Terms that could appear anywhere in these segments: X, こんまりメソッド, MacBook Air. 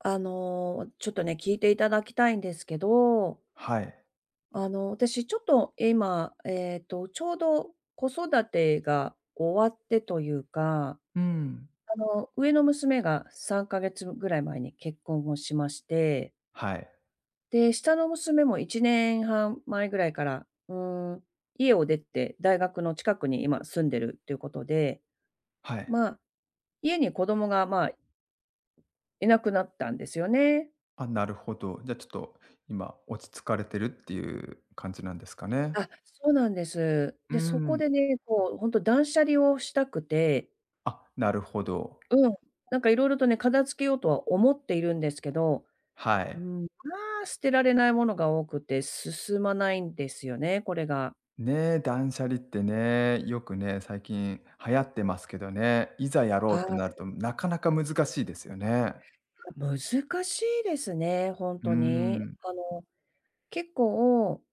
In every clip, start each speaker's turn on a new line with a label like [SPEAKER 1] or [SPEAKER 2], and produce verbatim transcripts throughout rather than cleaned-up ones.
[SPEAKER 1] あの、ちょっとね、聞いていただきたいんですけど、
[SPEAKER 2] はい。
[SPEAKER 1] あの、私ちょっと今、えっと、ちょうど子育てが終わってというか、
[SPEAKER 2] うん。
[SPEAKER 1] あの、上の娘がさんかげつぐらい前に結婚をしまして、
[SPEAKER 2] はい。
[SPEAKER 1] で、下の娘もいちねんはん前ぐらいから、うーん、家を出て大学の近くに今住んでるっていうことで、
[SPEAKER 2] はい。
[SPEAKER 1] まあ、家に子供が、まあ、いなくなったんですよね。
[SPEAKER 2] あ、なるほど。じゃあちょっと今落ち着かれてるっていう感じなんですかね。
[SPEAKER 1] あ、そうなんです。
[SPEAKER 2] う
[SPEAKER 1] で、そこ
[SPEAKER 2] ん。
[SPEAKER 1] でね、こうほんと断捨離をしたくて、
[SPEAKER 2] あ、なるほど。
[SPEAKER 1] うん、なんか色々とね、片付けようとは思っているんですけど、
[SPEAKER 2] は
[SPEAKER 1] うー
[SPEAKER 2] い。
[SPEAKER 1] ん、まあ、捨てられないものが多くて進まないんですよね、これが。
[SPEAKER 2] ねえ、断捨離ってね、よくね、最近流行ってますけどね、いざやろう
[SPEAKER 1] は
[SPEAKER 2] ってなる
[SPEAKER 1] い、
[SPEAKER 2] となかなか難しいですよね。
[SPEAKER 1] 難しいですね、ほん
[SPEAKER 2] うー
[SPEAKER 1] とに。
[SPEAKER 2] ん。
[SPEAKER 1] あの、結構、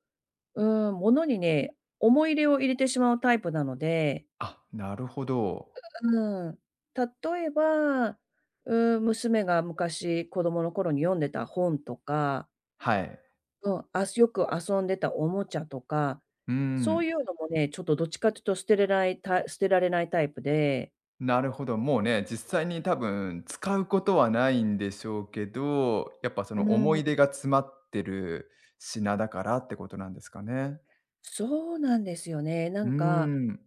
[SPEAKER 1] うーん、物にね、思い入れを入れてしまうタイプなので、
[SPEAKER 2] あ、なるほど。
[SPEAKER 1] うん、例えば、うーん、娘が昔子供の頃に読んでた本とか、
[SPEAKER 2] はい。
[SPEAKER 1] うん、あすよく遊んでたおもちゃとか、
[SPEAKER 2] うー
[SPEAKER 1] そう
[SPEAKER 2] ん。
[SPEAKER 1] いうのもね、ちょっとどっちかっていうと捨てれないた捨てられないタイプで、
[SPEAKER 2] なるほど、もうね、実際に多分使うことはないんでしょうけど、やっぱそ
[SPEAKER 1] う
[SPEAKER 2] の
[SPEAKER 1] ー
[SPEAKER 2] 思い
[SPEAKER 1] ん。
[SPEAKER 2] 出が詰まってる品だからってことなんですかね。
[SPEAKER 1] そうなんですよね。な
[SPEAKER 2] うー
[SPEAKER 1] んか、
[SPEAKER 2] ん、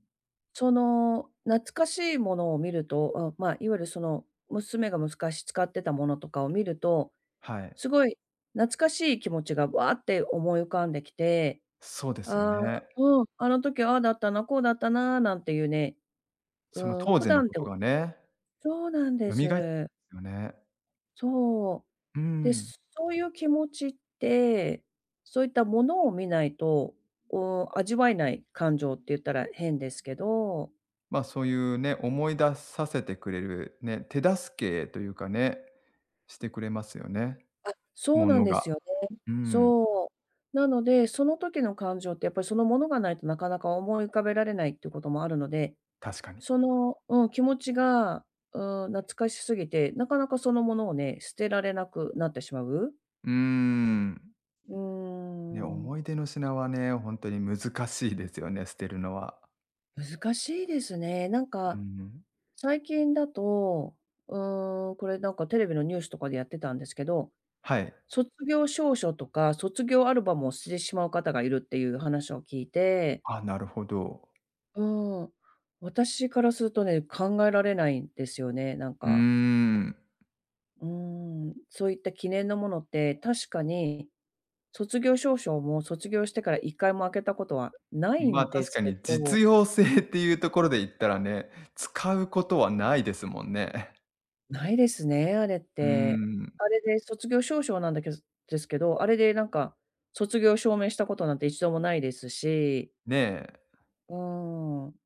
[SPEAKER 1] その、懐かしいものを見ると、あ、まあ、いわゆるその、娘が昔使ってたものとかを見ると、
[SPEAKER 2] はい。
[SPEAKER 1] すごい懐かしい気持ちがわーって思い浮かんできて、
[SPEAKER 2] そうですよ
[SPEAKER 1] ああ、
[SPEAKER 2] ね。
[SPEAKER 1] うん、あの時ああだったな、こうだったななんていうね、
[SPEAKER 2] その
[SPEAKER 1] うん、
[SPEAKER 2] 当
[SPEAKER 1] 普
[SPEAKER 2] 時の
[SPEAKER 1] 段
[SPEAKER 2] こ
[SPEAKER 1] で
[SPEAKER 2] と
[SPEAKER 1] も
[SPEAKER 2] がね、
[SPEAKER 1] そう
[SPEAKER 2] 蘇って
[SPEAKER 1] なんで
[SPEAKER 2] ま
[SPEAKER 1] す。
[SPEAKER 2] すよね。
[SPEAKER 1] そう。
[SPEAKER 2] うー
[SPEAKER 1] で、
[SPEAKER 2] ん。
[SPEAKER 1] そういう気持ちって、そういったものを見ないと、こう味わえない感情って言ったら変ですけど、
[SPEAKER 2] ま、あそういうね、思い出させてくれるね、手助けというかね、してくれますよね、
[SPEAKER 1] そう
[SPEAKER 2] も
[SPEAKER 1] なん
[SPEAKER 2] の
[SPEAKER 1] で
[SPEAKER 2] が。
[SPEAKER 1] すよね。
[SPEAKER 2] うん、
[SPEAKER 1] そう。なので、その時の感情ってやっぱりそのものがないとなかなか思い浮かべられないっていうこともあるので、
[SPEAKER 2] 確かに。
[SPEAKER 1] その、うん、気持ちが、うん、懐かしすぎて、なかなかそのものをね、捨てられなくなってしまう。
[SPEAKER 2] うーん。
[SPEAKER 1] うー
[SPEAKER 2] ね、思
[SPEAKER 1] ん、
[SPEAKER 2] い出の品はね、本当に難しいですよね、捨てるのは。
[SPEAKER 1] 難しいですね。なん
[SPEAKER 2] う
[SPEAKER 1] か
[SPEAKER 2] ん。
[SPEAKER 1] 最近だと、うーん、これなんかテレビのニュースとかでやってたんですけど、
[SPEAKER 2] はい。
[SPEAKER 1] 卒業証書とか卒業アルバムを捨ててしまう方がいるっていう話を聞いて、
[SPEAKER 2] あ、なるほど。
[SPEAKER 1] うん、私からするとね、考えられないんですよね、なん
[SPEAKER 2] うー
[SPEAKER 1] か。
[SPEAKER 2] ん。
[SPEAKER 1] うん、そういった記念のものって確かに卒業証書も卒業してからいっかいも開けたことはない
[SPEAKER 2] ま、
[SPEAKER 1] んで
[SPEAKER 2] 確
[SPEAKER 1] す
[SPEAKER 2] か
[SPEAKER 1] け
[SPEAKER 2] に
[SPEAKER 1] ど、
[SPEAKER 2] 実用性っていうところで言ったらね、使うことはないですもんね。
[SPEAKER 1] ないですね、あれっ
[SPEAKER 2] うー
[SPEAKER 1] て。
[SPEAKER 2] ん。
[SPEAKER 1] あれで卒業証書なんだけどですけど、あれでなんか、卒業証明したことなんて一度もないですし、
[SPEAKER 2] ねえ、
[SPEAKER 1] うーん。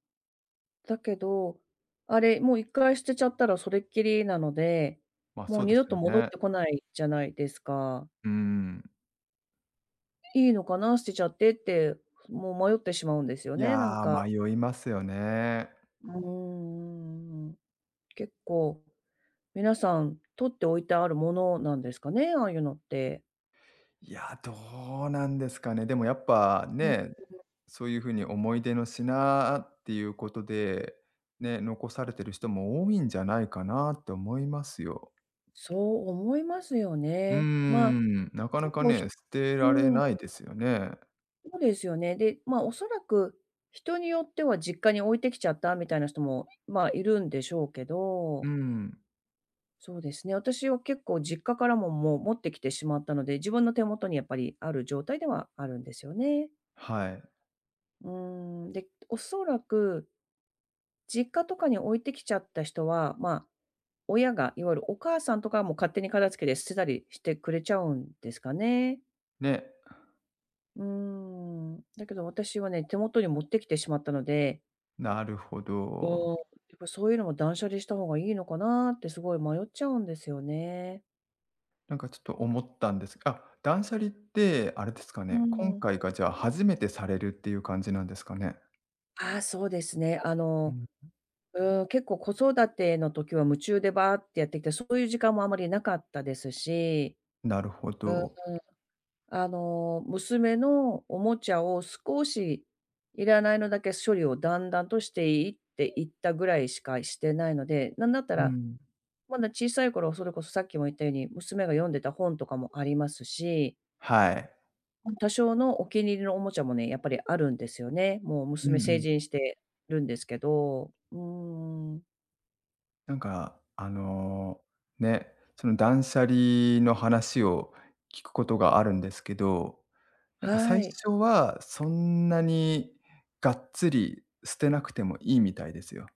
[SPEAKER 1] だけど、あれ、もう一回捨てちゃったらそれっきりなので、
[SPEAKER 2] ま、あ
[SPEAKER 1] も
[SPEAKER 2] そ
[SPEAKER 1] う
[SPEAKER 2] う
[SPEAKER 1] 二
[SPEAKER 2] です
[SPEAKER 1] 度と
[SPEAKER 2] よ
[SPEAKER 1] 戻っ
[SPEAKER 2] ね。
[SPEAKER 1] てこないじゃないですか。
[SPEAKER 2] うん。
[SPEAKER 1] いいのかな、捨てちゃってって、もう迷ってしまうんですよ
[SPEAKER 2] い
[SPEAKER 1] ね、なん
[SPEAKER 2] や
[SPEAKER 1] か。
[SPEAKER 2] ー、迷いますよね。
[SPEAKER 1] うーん、結構皆さん取っておいてあるものなんですかね、ああいうのって。
[SPEAKER 2] いや、どうなんですかね。でもやっぱね、そういう風に思い出の品っていうことで、ね、残されてる人も多いんじゃないかなって思いますよ。
[SPEAKER 1] そう思いますよ
[SPEAKER 2] うー
[SPEAKER 1] ね。まあ、
[SPEAKER 2] ん、なかな
[SPEAKER 1] 結
[SPEAKER 2] か
[SPEAKER 1] 構ひ
[SPEAKER 2] ね、捨てられ
[SPEAKER 1] うん、
[SPEAKER 2] ないですよね。
[SPEAKER 1] そうですよね。で、まあ、おそらく人によっては実家に置いてきちゃったみたいな人も、まあ、いるんでしょうけ
[SPEAKER 2] う
[SPEAKER 1] ど、
[SPEAKER 2] ん、
[SPEAKER 1] そうですね、私は結構実家からも、もう持ってきてしまったので、自分の手元にやっぱりある状態ではあるんですよね。
[SPEAKER 2] はい。
[SPEAKER 1] うん、で、おそらく実家とかに置いてきちゃった人は、まあ、親がいわゆるお母さんとかはもう勝手に片付けて捨てたりしてくれちゃうんですかね。
[SPEAKER 2] ね、
[SPEAKER 1] うーん、だけど私はね、手元に持ってきてしまったので、
[SPEAKER 2] なるほ
[SPEAKER 1] うー
[SPEAKER 2] ど。
[SPEAKER 1] ん、やっぱそういうのも断捨離した方がいいのかなってすごい迷っちゃうんですよね。
[SPEAKER 2] なんかちょっと思ったんです。あ、断捨離ってあれですか
[SPEAKER 1] う
[SPEAKER 2] ね、今
[SPEAKER 1] ん。
[SPEAKER 2] 回がじゃあ初めてされるっていう感じなんですかね？
[SPEAKER 1] ああ、そうですね。あ
[SPEAKER 2] う
[SPEAKER 1] の、
[SPEAKER 2] ん。
[SPEAKER 1] うーん、結構子育ての時は夢中でバーってやってきて、そういう時間もあまりなかったですし、
[SPEAKER 2] なるほ
[SPEAKER 1] うーん、
[SPEAKER 2] ど。
[SPEAKER 1] あの、娘のおもちゃを少しいらないのだけ処理をだんだんとしていっていったぐらいしかしてないので、なんだった
[SPEAKER 2] う
[SPEAKER 1] ら
[SPEAKER 2] ん。
[SPEAKER 1] まだ小さい頃、それこそさっきも言ったように、娘が読んでた本とかもありますし、
[SPEAKER 2] はい。
[SPEAKER 1] うん。多少のお気に入りのおもちゃもね、やっぱりあるんですよね。もう
[SPEAKER 2] うん、う
[SPEAKER 1] 娘成
[SPEAKER 2] ん。
[SPEAKER 1] 人してるんですけど。うーん。
[SPEAKER 2] なんか、あの、ね、その断捨離の話を聞くことがあるんですけど、なん
[SPEAKER 1] は
[SPEAKER 2] か最
[SPEAKER 1] い。
[SPEAKER 2] 初はそんなにがっつり捨てなくてもいいみたいですよ。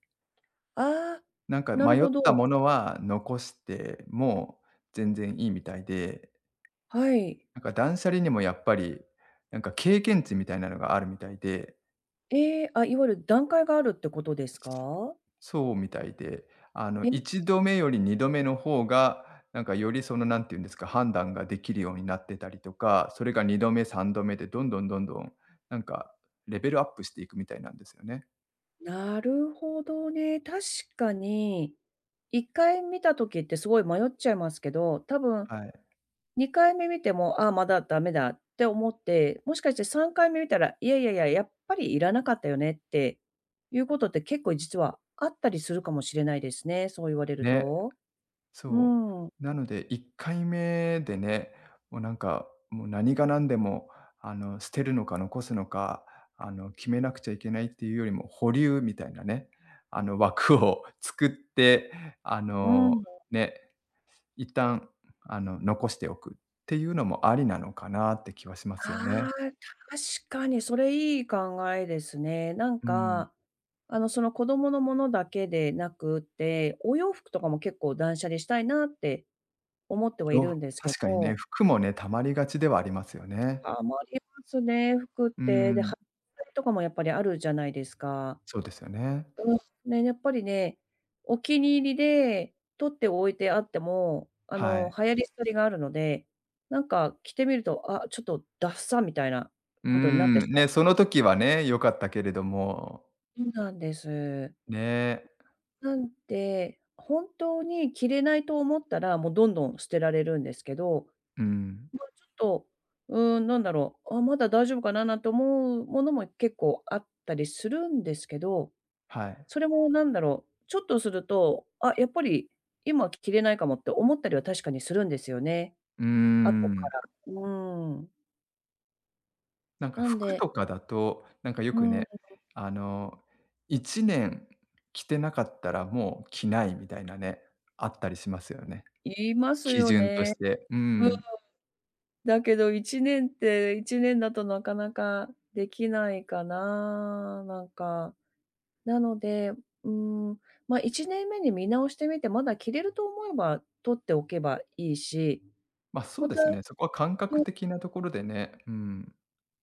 [SPEAKER 1] ああ、
[SPEAKER 2] なんか
[SPEAKER 1] なる
[SPEAKER 2] 迷っ
[SPEAKER 1] ほ
[SPEAKER 2] た
[SPEAKER 1] ど。
[SPEAKER 2] ものは残しても全然いいみたいで、
[SPEAKER 1] はい。
[SPEAKER 2] なんか断捨離にもやっぱり、なんか経験値みたいなのがあるみたいで、
[SPEAKER 1] ええ、あ、いわゆる段階があるってことですか？
[SPEAKER 2] そうみたいで、あの、
[SPEAKER 1] え。
[SPEAKER 2] いちどめよりにどめの方が、なんかよりその、なんていうんですか、判断ができるようになってたりとか、それがにどめ、さんどめでどんどんどんどん、なんかレベルアップしていくみたいなんですよね。
[SPEAKER 1] なるほどね。確かに、一回見た時ってすごい迷っちゃいますけど、多分
[SPEAKER 2] はい。
[SPEAKER 1] にかいめ見ても、ああ、まだダメだって思って、もしかしてさんかいめ見たら、いやいやいや、やっぱりいらなかったよねっていうことって結構実はあったりするかもしれないですね、そう言われる
[SPEAKER 2] ね、
[SPEAKER 1] と。う
[SPEAKER 2] そ
[SPEAKER 1] ん。
[SPEAKER 2] う。なのでいっかいめでね、もうなんか、もう何が何でも、あの、捨てるのか残すのか、あの、決めなくちゃいけないっていうよりも、保留みたいなね、あの、枠を作って、あ
[SPEAKER 1] う
[SPEAKER 2] の、
[SPEAKER 1] ん。
[SPEAKER 2] ね、一旦、あの、残しておくっていうのもありなのかなって気はします
[SPEAKER 1] あ
[SPEAKER 2] よね。
[SPEAKER 1] あ、確かにそれいい考えですね。なん
[SPEAKER 2] うん。
[SPEAKER 1] か、あの、その子供のものだけでなくて、お洋服とかも結構断捨離したいなって思ってはい
[SPEAKER 2] よ、
[SPEAKER 1] るんですけ
[SPEAKER 2] 確かにね、
[SPEAKER 1] ど、
[SPEAKER 2] 服もね、溜まりがちではありますよね。
[SPEAKER 1] 余りますね、服っ
[SPEAKER 2] う
[SPEAKER 1] て。で、
[SPEAKER 2] ん、
[SPEAKER 1] はとかもやっぱりあるじゃないですか。
[SPEAKER 2] そうですよね。
[SPEAKER 1] うん、ね、やっぱりね、お気に入りで取っておいてあっても、あ
[SPEAKER 2] は
[SPEAKER 1] の、
[SPEAKER 2] い。
[SPEAKER 1] 流行り廃りがあるので、なんか着てみると、あ、ちょっとダッサみたいな
[SPEAKER 2] うー
[SPEAKER 1] ことになってし
[SPEAKER 2] ん、
[SPEAKER 1] まう。
[SPEAKER 2] ね、その時はね、良かったけれども、
[SPEAKER 1] そうなんです。
[SPEAKER 2] ね、
[SPEAKER 1] なんで、本当に着れないと思ったら、もうどんどん捨てられるんですけど、
[SPEAKER 2] うん、
[SPEAKER 1] ちょっと、うーん、なんだろう、あ、まだ大丈夫かななんて思うものも結構あったりするんですけど、
[SPEAKER 2] はい。
[SPEAKER 1] それもなんだろう、ちょっとすると、あ、やっぱり今着れないかもって思ったりは確かにするんですよね。
[SPEAKER 2] うー
[SPEAKER 1] 後か
[SPEAKER 2] ん。
[SPEAKER 1] ら。うん。
[SPEAKER 2] なんか
[SPEAKER 1] なん
[SPEAKER 2] 服
[SPEAKER 1] で、
[SPEAKER 2] とかだと、なんかよ
[SPEAKER 1] う
[SPEAKER 2] く
[SPEAKER 1] ん、
[SPEAKER 2] ね、あの、いちねん着てなかったらもう着ないみたいなね、あったりしますよね。
[SPEAKER 1] 言います
[SPEAKER 2] 基
[SPEAKER 1] よ
[SPEAKER 2] 準と
[SPEAKER 1] ね。
[SPEAKER 2] して。う
[SPEAKER 1] うん、
[SPEAKER 2] ん。
[SPEAKER 1] だけど1年っていちねんだとなかなかできないかな、なんか。なので、うん、ま、いちねんめに見直してみて、まだ着れると思えば取っておけばいいし、
[SPEAKER 2] ま、そう
[SPEAKER 1] ま
[SPEAKER 2] で
[SPEAKER 1] た、
[SPEAKER 2] すね。そこは感覚
[SPEAKER 1] うん、
[SPEAKER 2] 的なところでね、うん。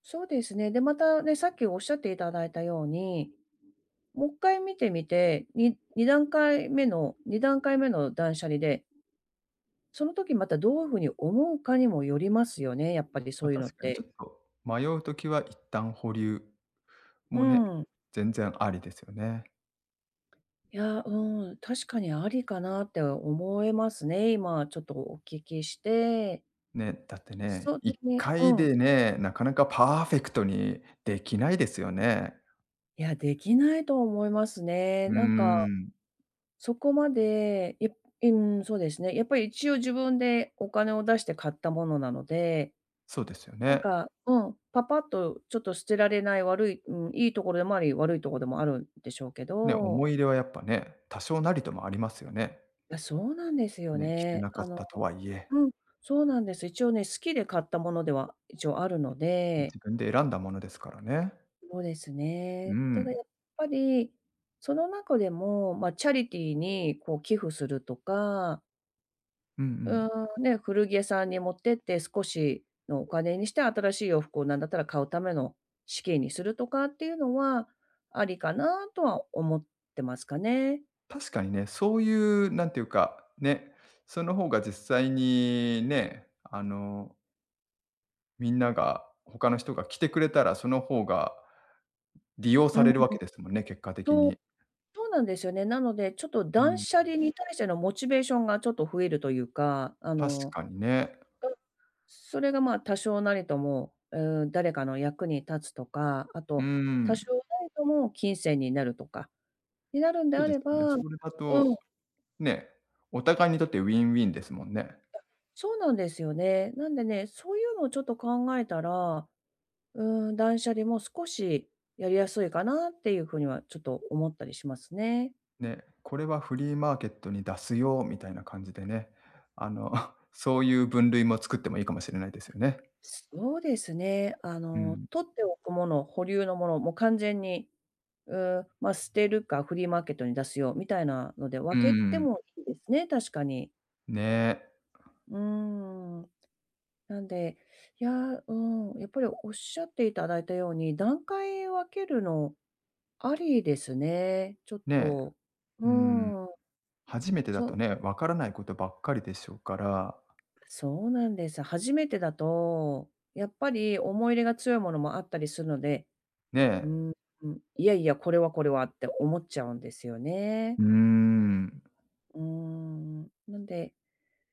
[SPEAKER 1] そうですね。で、またね、さっきおっしゃっていただいたように、もう一回見てみて、に2段階目のに段階目の断捨離で、その時またどういう風に思うかにもよりますよね、やっぱりそ
[SPEAKER 2] ま、
[SPEAKER 1] ういうのっ
[SPEAKER 2] 確かにちょ
[SPEAKER 1] て。
[SPEAKER 2] っと迷うときは一旦保留
[SPEAKER 1] う
[SPEAKER 2] もね、
[SPEAKER 1] ん。
[SPEAKER 2] 全然ありですよね。
[SPEAKER 1] いや、うん、確かにありかなって思えますね、今ちょっとお聞きして。
[SPEAKER 2] ね、だってね、
[SPEAKER 1] そうで
[SPEAKER 2] 一
[SPEAKER 1] すね、う
[SPEAKER 2] 回
[SPEAKER 1] ん。
[SPEAKER 2] でね、なかなかパーフェクトにできないですよね。
[SPEAKER 1] いや、できないと思いますね。
[SPEAKER 2] うー
[SPEAKER 1] なんか、
[SPEAKER 2] ん、
[SPEAKER 1] そこまで、いうん、そうですね。やっぱり一応自分でお金を出して買ったものなので、
[SPEAKER 2] そうですよ
[SPEAKER 1] なん
[SPEAKER 2] ね。
[SPEAKER 1] か、うん、パパッとちょっと捨てられない悪い、うん、いいところでもあり、悪いところでもあるんでしょうけ
[SPEAKER 2] ね、
[SPEAKER 1] ど。
[SPEAKER 2] 思い入れはやっぱね、多少なりともありますよね。
[SPEAKER 1] いやそうなんですよ
[SPEAKER 2] ね、着て
[SPEAKER 1] ね。
[SPEAKER 2] なか
[SPEAKER 1] あ
[SPEAKER 2] っ
[SPEAKER 1] の、
[SPEAKER 2] たとはいえ、
[SPEAKER 1] うん、そうなんです。一応ね、好きで買ったものでは一応あるので、
[SPEAKER 2] 自分で選んだものですからね。
[SPEAKER 1] そうです
[SPEAKER 2] う
[SPEAKER 1] ね。ただ
[SPEAKER 2] ん。
[SPEAKER 1] やっぱり、その中でも、ま、あチャリティーにこう寄付するとか、
[SPEAKER 2] うん、う
[SPEAKER 1] うー
[SPEAKER 2] ん。
[SPEAKER 1] ん、ね、古着屋さんに持ってって少しのお金にして新しい洋服をなんだったら買うための資金にするとかっていうのは、ありかなとは思ってますかね。
[SPEAKER 2] 確かにね、そういうなんていうか、ね、その方が実際にね、あの、みんなが他の人が来てくれたら、その方が利用さ
[SPEAKER 1] う
[SPEAKER 2] れ
[SPEAKER 1] ん。
[SPEAKER 2] るわけですもんね、結果的に。
[SPEAKER 1] そうなんですよね。なので、ちょっと
[SPEAKER 2] う
[SPEAKER 1] 断
[SPEAKER 2] ん、
[SPEAKER 1] 捨離に対してのモチベーションがちょっと増えるというか、あ
[SPEAKER 2] 確
[SPEAKER 1] の、
[SPEAKER 2] かにね。
[SPEAKER 1] それが、まあ、多少なりとも、うーん、誰かの役に立つとか、あ
[SPEAKER 2] うー
[SPEAKER 1] と多
[SPEAKER 2] ん、
[SPEAKER 1] 少なりとも金銭になるとかになるんで
[SPEAKER 2] そう
[SPEAKER 1] あ
[SPEAKER 2] で
[SPEAKER 1] れ
[SPEAKER 2] すよね。
[SPEAKER 1] ば
[SPEAKER 2] そ
[SPEAKER 1] う
[SPEAKER 2] れだ
[SPEAKER 1] ん。
[SPEAKER 2] と、ね、お互いにとってウィンウィンですもんね。
[SPEAKER 1] そうなんですよね。なんでね、そういうのをちょっと考えたら、うーん、断捨離も少しやりやすいかなっていうふうにはちょっと思ったりしますね。
[SPEAKER 2] ね、これはフリーマーケットに出すよみたいな感じでね、あの、そういう分類も作ってもいいかもしれないですよね。
[SPEAKER 1] そうですね。あ
[SPEAKER 2] う
[SPEAKER 1] の、
[SPEAKER 2] ん、
[SPEAKER 1] 取っておくもの、保留のもの、もう完全に、うーん、まあ、捨てるかフリーマーケットに出すよみたいなので
[SPEAKER 2] うー
[SPEAKER 1] 分けて
[SPEAKER 2] ん、
[SPEAKER 1] もいいですね、確かに。
[SPEAKER 2] ねえ、
[SPEAKER 1] うーん。なんで、いや、うん、やっぱりおっしゃっていただいたように、段階分けるのありですね。ちょっ
[SPEAKER 2] ねえ。
[SPEAKER 1] と、う
[SPEAKER 2] うーん、
[SPEAKER 1] ん、
[SPEAKER 2] 初めてだと
[SPEAKER 1] そ
[SPEAKER 2] ね、わからないことばっかりでしょうから、
[SPEAKER 1] そうなんです。初めてだと、やっぱり思い入れが強いものもあったりするので、う
[SPEAKER 2] ね、
[SPEAKER 1] ん、いやいや、これはこれはって思っちゃうんですよ
[SPEAKER 2] う
[SPEAKER 1] ね。
[SPEAKER 2] ーん。
[SPEAKER 1] うーん。なんで、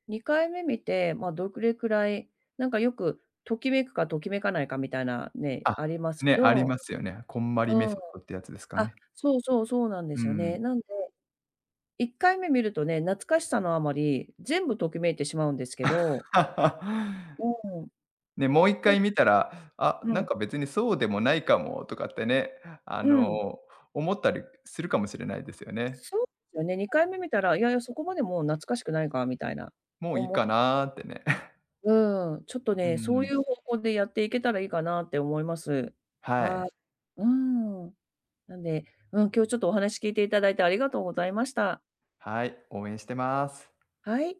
[SPEAKER 1] にかいめ見て、まあ、どれくらい、なんかよく、ときめくかときめかないかみたいなね、
[SPEAKER 2] あ、
[SPEAKER 1] ありますけ
[SPEAKER 2] ね、あり
[SPEAKER 1] ど、
[SPEAKER 2] ますよね。こんまりメ
[SPEAKER 1] うん、
[SPEAKER 2] ソッドってやつですか
[SPEAKER 1] あ、
[SPEAKER 2] ね。
[SPEAKER 1] そうそうそうなんで
[SPEAKER 2] う
[SPEAKER 1] すよ
[SPEAKER 2] ん。
[SPEAKER 1] ね。なんでいっかいめ見るとね、懐かしさのあまり、全部ときめいてしまうんですけど、うん、
[SPEAKER 2] ね、もう一
[SPEAKER 1] で
[SPEAKER 2] 回見たら、あ、
[SPEAKER 1] う
[SPEAKER 2] なん
[SPEAKER 1] ん、
[SPEAKER 2] か別にそうでもないかもとかってね、あ
[SPEAKER 1] う
[SPEAKER 2] の、
[SPEAKER 1] ん。
[SPEAKER 2] 思ったりするかもしれないですよね。
[SPEAKER 1] そうですよね、にかいめ見たら、いやいや、そこまでもう懐かしくないかみたいな、
[SPEAKER 2] もう
[SPEAKER 1] お
[SPEAKER 2] いい
[SPEAKER 1] も
[SPEAKER 2] かなってね。
[SPEAKER 1] うん、ちょっと
[SPEAKER 2] う
[SPEAKER 1] ね、そうい
[SPEAKER 2] ん、
[SPEAKER 1] う方向でやっていけたらいいかなって思います。
[SPEAKER 2] は
[SPEAKER 1] は
[SPEAKER 2] い。
[SPEAKER 1] い。うーん。なんで、うん、今日ちょっとお話聞いていただいてありがとうございました。
[SPEAKER 2] はい、応援してます。
[SPEAKER 1] はい。